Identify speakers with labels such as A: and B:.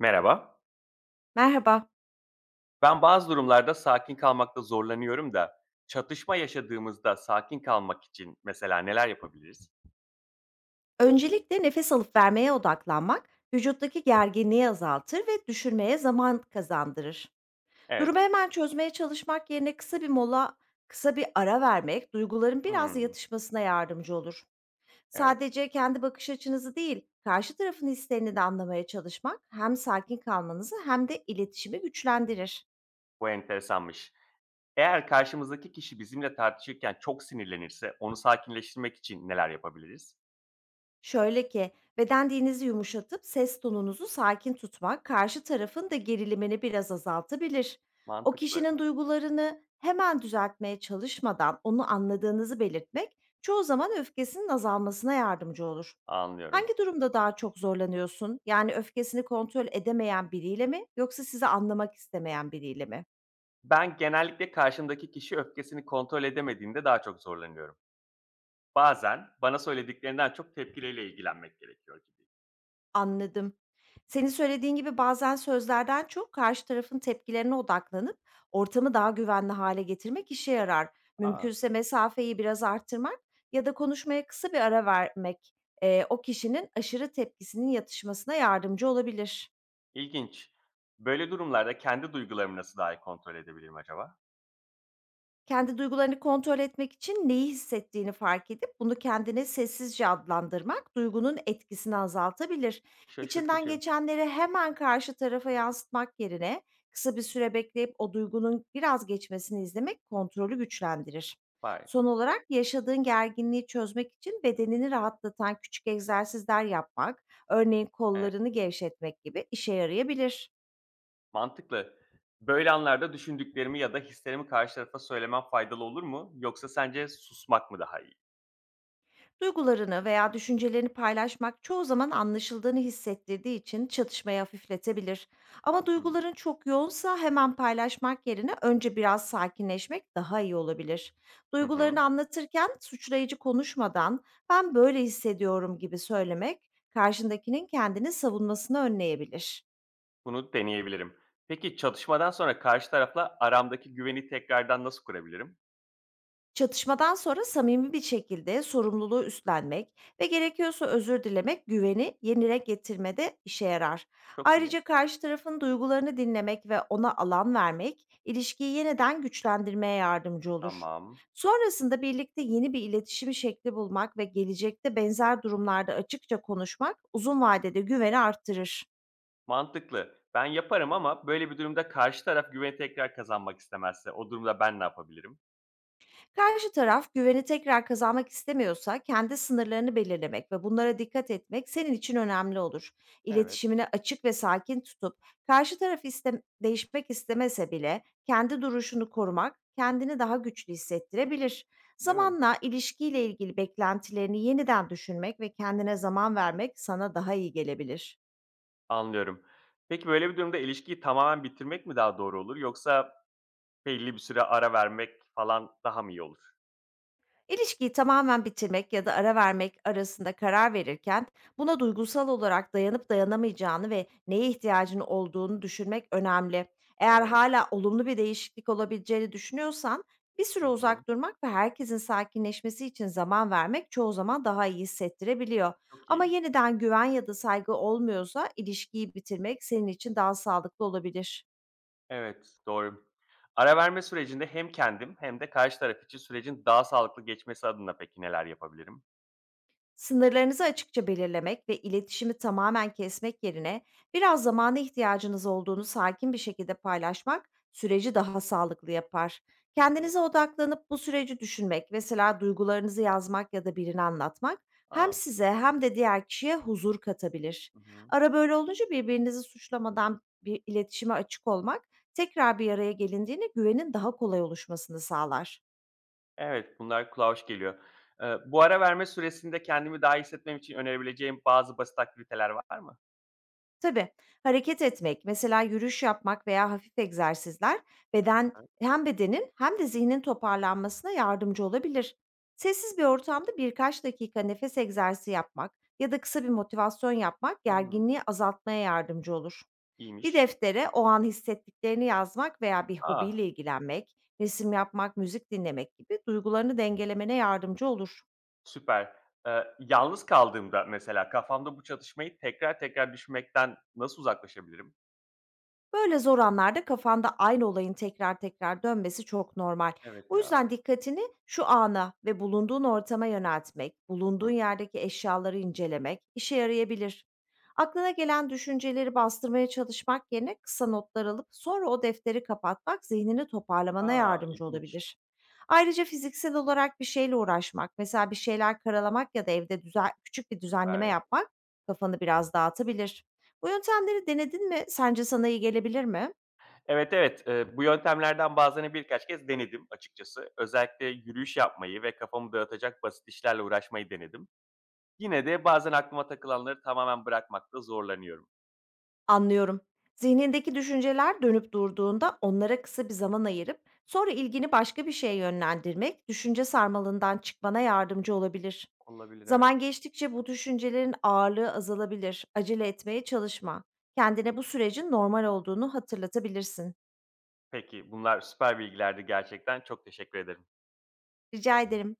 A: Merhaba.
B: Merhaba.
A: Ben bazı durumlarda sakin kalmakta zorlanıyorum da çatışma yaşadığımızda sakin kalmak için mesela neler yapabiliriz?
B: Öncelikle nefes alıp vermeye odaklanmak, vücuttaki gerginliği azaltır ve düşürmeye zaman kazandırır. Durumu
A: Evet.
B: hemen çözmeye çalışmak yerine kısa bir mola, kısa bir ara vermek duyguların biraz
A: Hmm,
B: yatışmasına yardımcı olur.
A: evet.
B: Sadece kendi bakış açınızı değil, karşı tarafın hislerini de anlamaya çalışmak hem sakin kalmanızı hem de iletişimi güçlendirir.
A: Bu enteresanmış. Eğer karşımızdaki kişi bizimle tartışırken çok sinirlenirse onu sakinleştirmek için neler yapabiliriz?
B: Şöyle ki, beden dilinizi yumuşatıp ses tonunuzu sakin tutmak karşı tarafın da gerilimini biraz azaltabilir. O
A: Mantıklı.
B: kişinin duygularını hemen düzeltmeye çalışmadan onu anladığınızı belirtmek çoğu zaman öfkesinin azalmasına yardımcı olur.
A: Anlıyorum.
B: Hangi durumda daha çok zorlanıyorsun? Yani öfkesini kontrol edemeyen biriyle mi yoksa sizi anlamak istemeyen biriyle mi?
A: Ben genellikle karşımdaki kişi öfkesini kontrol edemediğinde daha çok zorlanıyorum. Bazen bana söylediklerinden çok tepkileriyle ilgilenmek gerekiyor gibi.
B: Anladım. Senin söylediğin gibi bazen sözlerden çok karşı tarafın tepkilerine odaklanıp ortamı daha güvenli hale getirmek işe yarar.
A: Aa.
B: Mümkünse mesafeyi biraz artırmak ya da konuşmaya kısa bir ara vermek, o kişinin aşırı tepkisinin yatışmasına yardımcı olabilir.
A: İlginç. Böyle durumlarda kendi duygularımı nasıl daha iyi kontrol edebilirim acaba?
B: Kendi duygularını kontrol etmek için neyi hissettiğini fark edip bunu kendine sessizce adlandırmak duygunun etkisini azaltabilir. İçinden
A: Şaşırtıcı.
B: geçenleri hemen karşı tarafa yansıtmak yerine kısa bir süre bekleyip o duygunun biraz geçmesini izlemek kontrolü güçlendirir.
A: Vay.
B: Son olarak yaşadığın gerginliği çözmek için bedenini rahatlatan küçük egzersizler yapmak, örneğin
A: Evet,
B: kollarını gevşetmek gibi işe yarayabilir.
A: mantıklı. Böyle anlarda düşündüklerimi ya da hislerimi karşı tarafa söylemem faydalı olur mu? Yoksa sence susmak mı daha iyi?
B: Duygularını veya düşüncelerini paylaşmak çoğu zaman anlaşıldığını hissettirdiği için çatışmayı hafifletebilir. Ama
A: Hı
B: duyguların çok yoğunsa hemen paylaşmak yerine önce biraz sakinleşmek daha iyi olabilir.
A: hı. Hı.
B: Duygularını anlatırken suçlayıcı konuşmadan, "Ben böyle hissediyorum" gibi söylemek karşındakinin kendini savunmasını önleyebilir.
A: Bunu deneyebilirim. Peki çatışmadan sonra karşı tarafla aramdaki güveni tekrardan nasıl kurabilirim?
B: Çatışmadan sonra samimi bir şekilde sorumluluğu üstlenmek ve gerekiyorsa özür dilemek güveni yenile getirmede işe yarar.
A: Çok iyi.
B: Ayrıca karşı tarafın duygularını dinlemek ve ona alan vermek ilişkiyi yeniden güçlendirmeye yardımcı olur.
A: Tamam.
B: Sonrasında birlikte yeni bir iletişim şekli bulmak ve gelecekte benzer durumlarda açıkça konuşmak uzun vadede güveni arttırır.
A: Mantıklı. Ben yaparım ama böyle bir durumda karşı taraf güveni tekrar kazanmak istemezse o durumda ben ne yapabilirim?
B: Karşı taraf güveni tekrar kazanmak istemiyorsa kendi sınırlarını belirlemek ve bunlara dikkat etmek senin için önemli olur.
A: Evet,
B: İletişimini açık ve sakin tutup karşı taraf değişmek istemese bile kendi duruşunu korumak kendini daha güçlü hissettirebilir.
A: değil mi?
B: Zamanla ilişkiyle ilgili beklentilerini yeniden düşünmek ve kendine zaman vermek sana daha iyi gelebilir.
A: Anlıyorum. Peki, böyle bir durumda ilişkiyi tamamen bitirmek mi daha doğru olur yoksa belli bir süre ara vermek falan daha mı iyi olur?
B: İlişkiyi tamamen bitirmek ya da ara vermek arasında karar verirken buna duygusal olarak dayanıp dayanamayacağını ve neye ihtiyacın olduğunu düşünmek önemli. Eğer
A: Evet.
B: hala olumlu bir değişiklik olabileceğini düşünüyorsan bir
A: Hı
B: süre
A: hı.
B: uzak durmak ve herkesin sakinleşmesi için zaman vermek çoğu zaman daha iyi hissettirebiliyor.
A: Çok
B: Ama
A: iyi.
B: yeniden güven ya da saygı olmuyorsa ilişkiyi bitirmek senin için daha sağlıklı olabilir.
A: Evet, doğru. Ara verme sürecinde hem kendim hem de karşı taraf için sürecin daha sağlıklı geçmesi adına peki neler yapabilirim?
B: Sınırlarınızı açıkça belirlemek ve iletişimi tamamen kesmek yerine biraz zamana ihtiyacınız olduğunu sakin bir şekilde paylaşmak süreci daha sağlıklı yapar.
A: Peki.
B: Kendinize odaklanıp bu süreci düşünmek, mesela duygularınızı yazmak ya da birine anlatmak hem
A: A!
B: size hem de diğer kişiye huzur katabilir.
A: Hı hı.
B: Ara böyle olunca birbirinizi suçlamadan bir iletişime açık olmak tekrar bir araya gelindiğinde güvenin daha kolay oluşmasını sağlar.
A: Evet, bunlar kulağa hoş geliyor. Bu ara verme süresinde kendimi daha iyi hissetmem için önerebileceğim bazı basit aktiviteler var mı?
B: Tabii, hareket etmek, mesela yürüyüş yapmak veya hafif egzersizler, beden hem bedenin hem de zihnin toparlanmasına yardımcı olabilir. Sessiz bir ortamda birkaç dakika nefes egzersizi yapmak ya da kısa bir motivasyon yapmak
A: Hımm,
B: gerginliği azaltmaya yardımcı olur. Bir
A: iyiymiş.
B: deftere o an hissettiklerini yazmak veya bir
A: A!
B: hobiyle ilgilenmek, resim yapmak, müzik dinlemek gibi duygularını dengelemene yardımcı olur.
A: Süper. Yalnız kaldığımda mesela kafamda bu çatışmayı tekrar tekrar düşünmekten nasıl uzaklaşabilirim?
B: Böyle zor anlarda kafanda aynı olayın tekrar tekrar dönmesi çok normal.
A: Evet
B: Bu
A: ya.
B: yüzden dikkatini şu ana ve bulunduğun ortama yöneltmek, bulunduğun
A: Hı.
B: yerdeki eşyaları incelemek işe yarayabilir. Aklına gelen düşünceleri bastırmaya çalışmak yerine kısa notlar alıp sonra o defteri kapatmak zihnini toparlamana
A: A!
B: yardımcı
A: İlginç.
B: olabilir. Ayrıca fiziksel olarak bir şeyle uğraşmak, mesela bir şeyler karalamak ya da evde düzen, küçük bir düzenleme
A: Süper.
B: yapmak kafanı biraz dağıtabilir. Bu yöntemleri denedin mi? Sence sana iyi gelebilir mi?
A: Evet, evet. Bu yöntemlerden bazılarını birkaç kez denedim açıkçası. Özellikle yürüyüş yapmayı ve kafamı dağıtacak basit işlerle uğraşmayı denedim. Yine de bazen aklıma takılanları tamamen bırakmakta zorlanıyorum.
B: Anlıyorum. Zihnindeki düşünceler dönüp durduğunda onlara kısa bir zaman ayırıp sonra ilgini başka bir şeye yönlendirmek düşünce sarmalından çıkmana yardımcı olabilir.
A: Olabilir,
B: Zaman
A: evet.
B: geçtikçe bu düşüncelerin ağırlığı azalabilir. Acele etmeye çalışma. Kendine bu sürecin normal olduğunu hatırlatabilirsin.
A: Peki, bunlar süper bilgilerdi gerçekten. Çok teşekkür ederim.
B: Rica ederim.